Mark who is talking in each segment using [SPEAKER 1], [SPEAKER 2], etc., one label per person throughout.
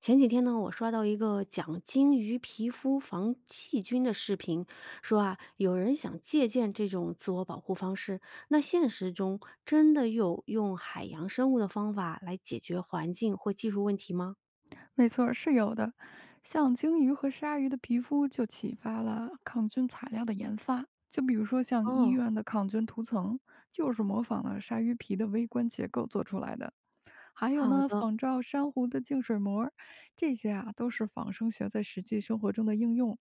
[SPEAKER 1] 前几天呢，我刷到一个讲鲸鱼皮肤防细菌的视频，说啊，有人想借鉴这种自我保护方式。那现实中真的有用海洋生物的方法来解决环境或技术问题吗？
[SPEAKER 2] 没错儿是有的。像鲸鱼和鲨鱼的皮肤就启发了抗菌材料的研发，就比如说像医
[SPEAKER 1] 哦，
[SPEAKER 2] 院的抗菌涂层，就是模仿了鲨鱼皮的微观结构做出来的。还有
[SPEAKER 1] 好
[SPEAKER 2] 呢，
[SPEAKER 1] 的。
[SPEAKER 2] 仿照珊瑚的净水膜儿这些啊都是仿生学在实际生活中的应用。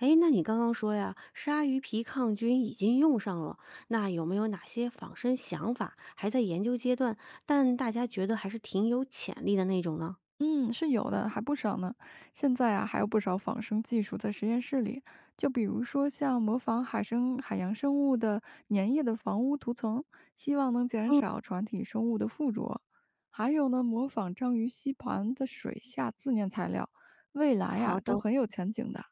[SPEAKER 1] 哎，那你刚刚说呀，鲨鱼皮抗菌已经用上了，那有没有哪些仿生想法还在研究阶段，但大家觉得还是挺有潜力的那种呢？
[SPEAKER 2] 嗯，是有的，还不少呢。现在啊，还有不少仿生技术在实验室里，就比如说像模仿海洋生物的粘液的房屋涂层，希望能减少船体生物的附着；还有呢，模仿章鱼吸盘的水下自粘材料，未来
[SPEAKER 1] 好
[SPEAKER 2] 呀、都
[SPEAKER 1] 的。
[SPEAKER 2] 很有前景的。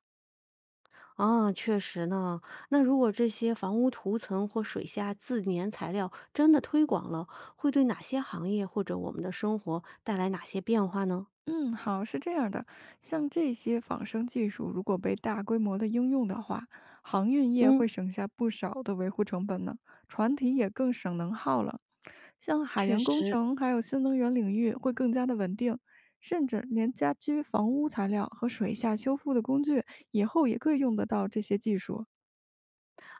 [SPEAKER 1] 啊，确实呢。那如果这些房屋涂层或水下自粘材料真的推广了，会对哪些行业或者我们的生活带来哪些变化呢？
[SPEAKER 2] 嗯，好，是这样的，像这些仿生技术，如果被大规模的应用的话，航运业
[SPEAKER 1] 嗯，
[SPEAKER 2] 会省下不少的维护成本呢，船体也更省能耗了。像海
[SPEAKER 1] 确
[SPEAKER 2] 洋工
[SPEAKER 1] 实，
[SPEAKER 2] 程还有新能源领域会更加的稳定，甚至连家居、房屋材料和水下修复的工具，以后也可以用得到这些技术。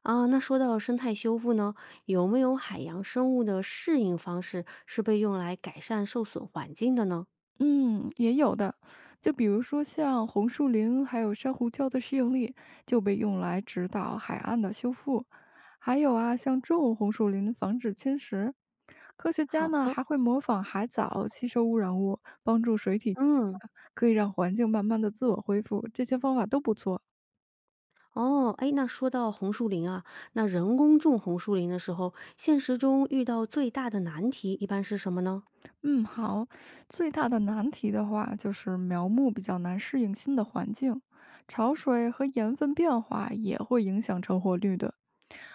[SPEAKER 1] 啊，那说到生态修复呢，有没有海洋生物的适应方式是被用来改善受损环境的呢？
[SPEAKER 2] 嗯，也有的，就比如说像红树林还有珊瑚礁的适应力就被用来指导海岸的修复，还有啊，像种红树林防止侵蚀。科学家
[SPEAKER 1] 好
[SPEAKER 2] 呢
[SPEAKER 1] 的，
[SPEAKER 2] 还会模仿海藻吸收污染物，帮助水体，
[SPEAKER 1] 嗯。
[SPEAKER 2] 可以让环境慢慢的自我恢复，这些方法都不错。
[SPEAKER 1] 哦，哎，那说到红树林啊，那人工种红树林的时候，现实中遇到最大的难题一般是什么呢？
[SPEAKER 2] 嗯，好。最大的难题的话，就是苗木比较难适应新的环境，潮水和盐分变化也会影响成活率的。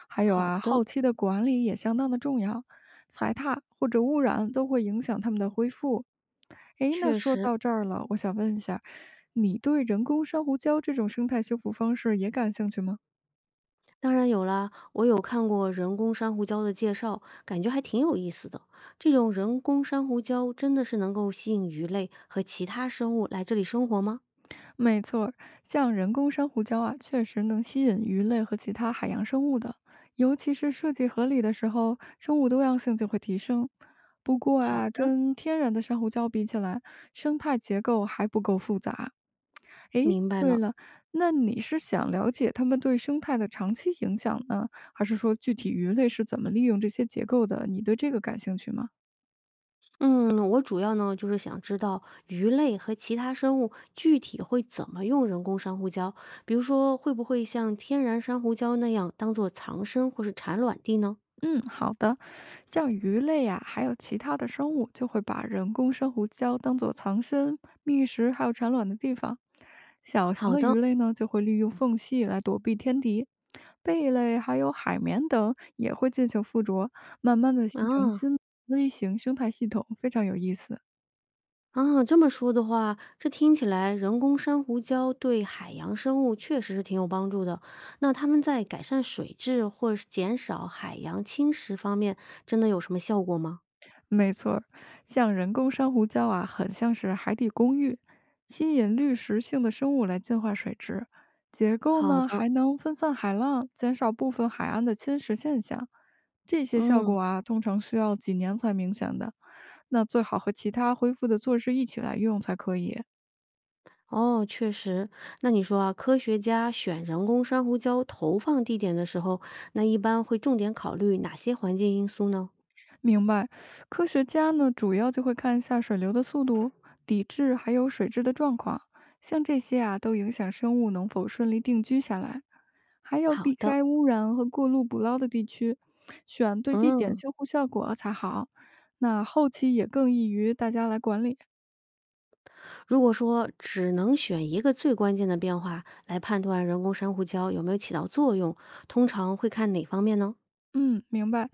[SPEAKER 2] 还有
[SPEAKER 1] 好
[SPEAKER 2] 啊，
[SPEAKER 1] 的，
[SPEAKER 2] 后期的管理也相当的重要，踩踏或者污染都会影响它们的恢复。诶，那
[SPEAKER 1] 确
[SPEAKER 2] 说
[SPEAKER 1] 实，
[SPEAKER 2] 到这儿了，我想问一下，你对人工珊瑚礁这种生态修复方式也感兴趣吗？
[SPEAKER 1] 当然有啦，我有看过人工珊瑚礁的介绍，感觉还挺有意思的。这种人工珊瑚礁真的是能够吸引鱼类和其他生物来这里生活吗？
[SPEAKER 2] 没错儿像人工珊瑚礁啊，确实能吸引鱼类和其他海洋生物的，尤其是设计合理的时候，生物多样性就会提升。不过
[SPEAKER 1] 好
[SPEAKER 2] 啊，
[SPEAKER 1] 的，
[SPEAKER 2] 跟天然的珊瑚礁比起来，生态结构还不够复杂。诶，
[SPEAKER 1] 明白
[SPEAKER 2] 对
[SPEAKER 1] 了。
[SPEAKER 2] 了，那你是想了解它们对生态的长期影响呢，还是说具体鱼类是怎么利用这些结构的？你对这个感兴趣吗？
[SPEAKER 1] 嗯，我主要呢就是想知道鱼类和其他生物具体会怎么用人工珊瑚礁，比如说会不会像天然珊瑚礁那样当做藏身或是产卵地呢？
[SPEAKER 2] 嗯，好的。像鱼类呀，还有其他的生物，就会把人工珊瑚礁当做藏身、觅食还有产卵的地方。小型
[SPEAKER 1] 好
[SPEAKER 2] 的
[SPEAKER 1] 的，
[SPEAKER 2] 鱼类呢，就会利用缝隙来躲避天敌。贝类还有海绵等也会进行附着，慢慢的形成
[SPEAKER 1] 啊。
[SPEAKER 2] 新的微型生态系统，非常有意思。
[SPEAKER 1] 啊，这么说的话，这听起来人工珊瑚礁对海洋生物确实是挺有帮助的。那它们在改善水质或者是减少海洋侵蚀方面，真的有什么效果吗？
[SPEAKER 2] 没错儿像人工珊瑚礁啊，很像是海底公寓，吸引滤食性的生物来净化水质，结构
[SPEAKER 1] 好
[SPEAKER 2] 呢
[SPEAKER 1] 的，
[SPEAKER 2] 还能分散海浪，减少部分海岸的侵蚀现象。这些效
[SPEAKER 1] 嗯，
[SPEAKER 2] 果啊，通常需要几年才明显的，那最好和其他恢复的措施一起来用才可以。
[SPEAKER 1] 哦，确实。那你说啊，科学家选人工珊瑚礁投放地点的时候，那一般会重点考虑哪些环境因素呢？
[SPEAKER 2] 明白，科学家呢主要就会看一下水流的速度、底质还有水质的状况，像这些啊都影响生物能否顺利定居下来。还要
[SPEAKER 1] 好
[SPEAKER 2] 避
[SPEAKER 1] 的，
[SPEAKER 2] 开污染和过路捕捞的地区，选对地点
[SPEAKER 1] 嗯。
[SPEAKER 2] 修护效果才好。那后期也更易于大家来管理。
[SPEAKER 1] 如果说只能选一个最关键的变化来判断人工珊瑚礁有没有起到作用，通常会看哪方面呢？
[SPEAKER 2] 嗯，明白。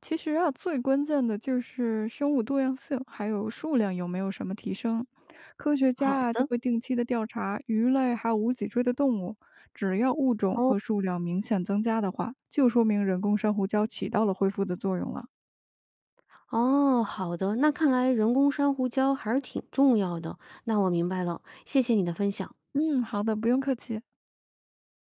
[SPEAKER 2] 其实啊，最关键的就是生物多样性，还有数量有没有什么提升。科学家
[SPEAKER 1] 好
[SPEAKER 2] 啊就
[SPEAKER 1] 的，
[SPEAKER 2] 会定期的调查鱼类还有无脊椎的动物，只要物种和数量明显增加的话，就说明人工珊瑚礁起到了恢复的作用了。
[SPEAKER 1] 哦，好的，那看来人工珊瑚礁还是挺重要的。那我明白了，谢谢你的分享。
[SPEAKER 2] 嗯，好的，不用客气。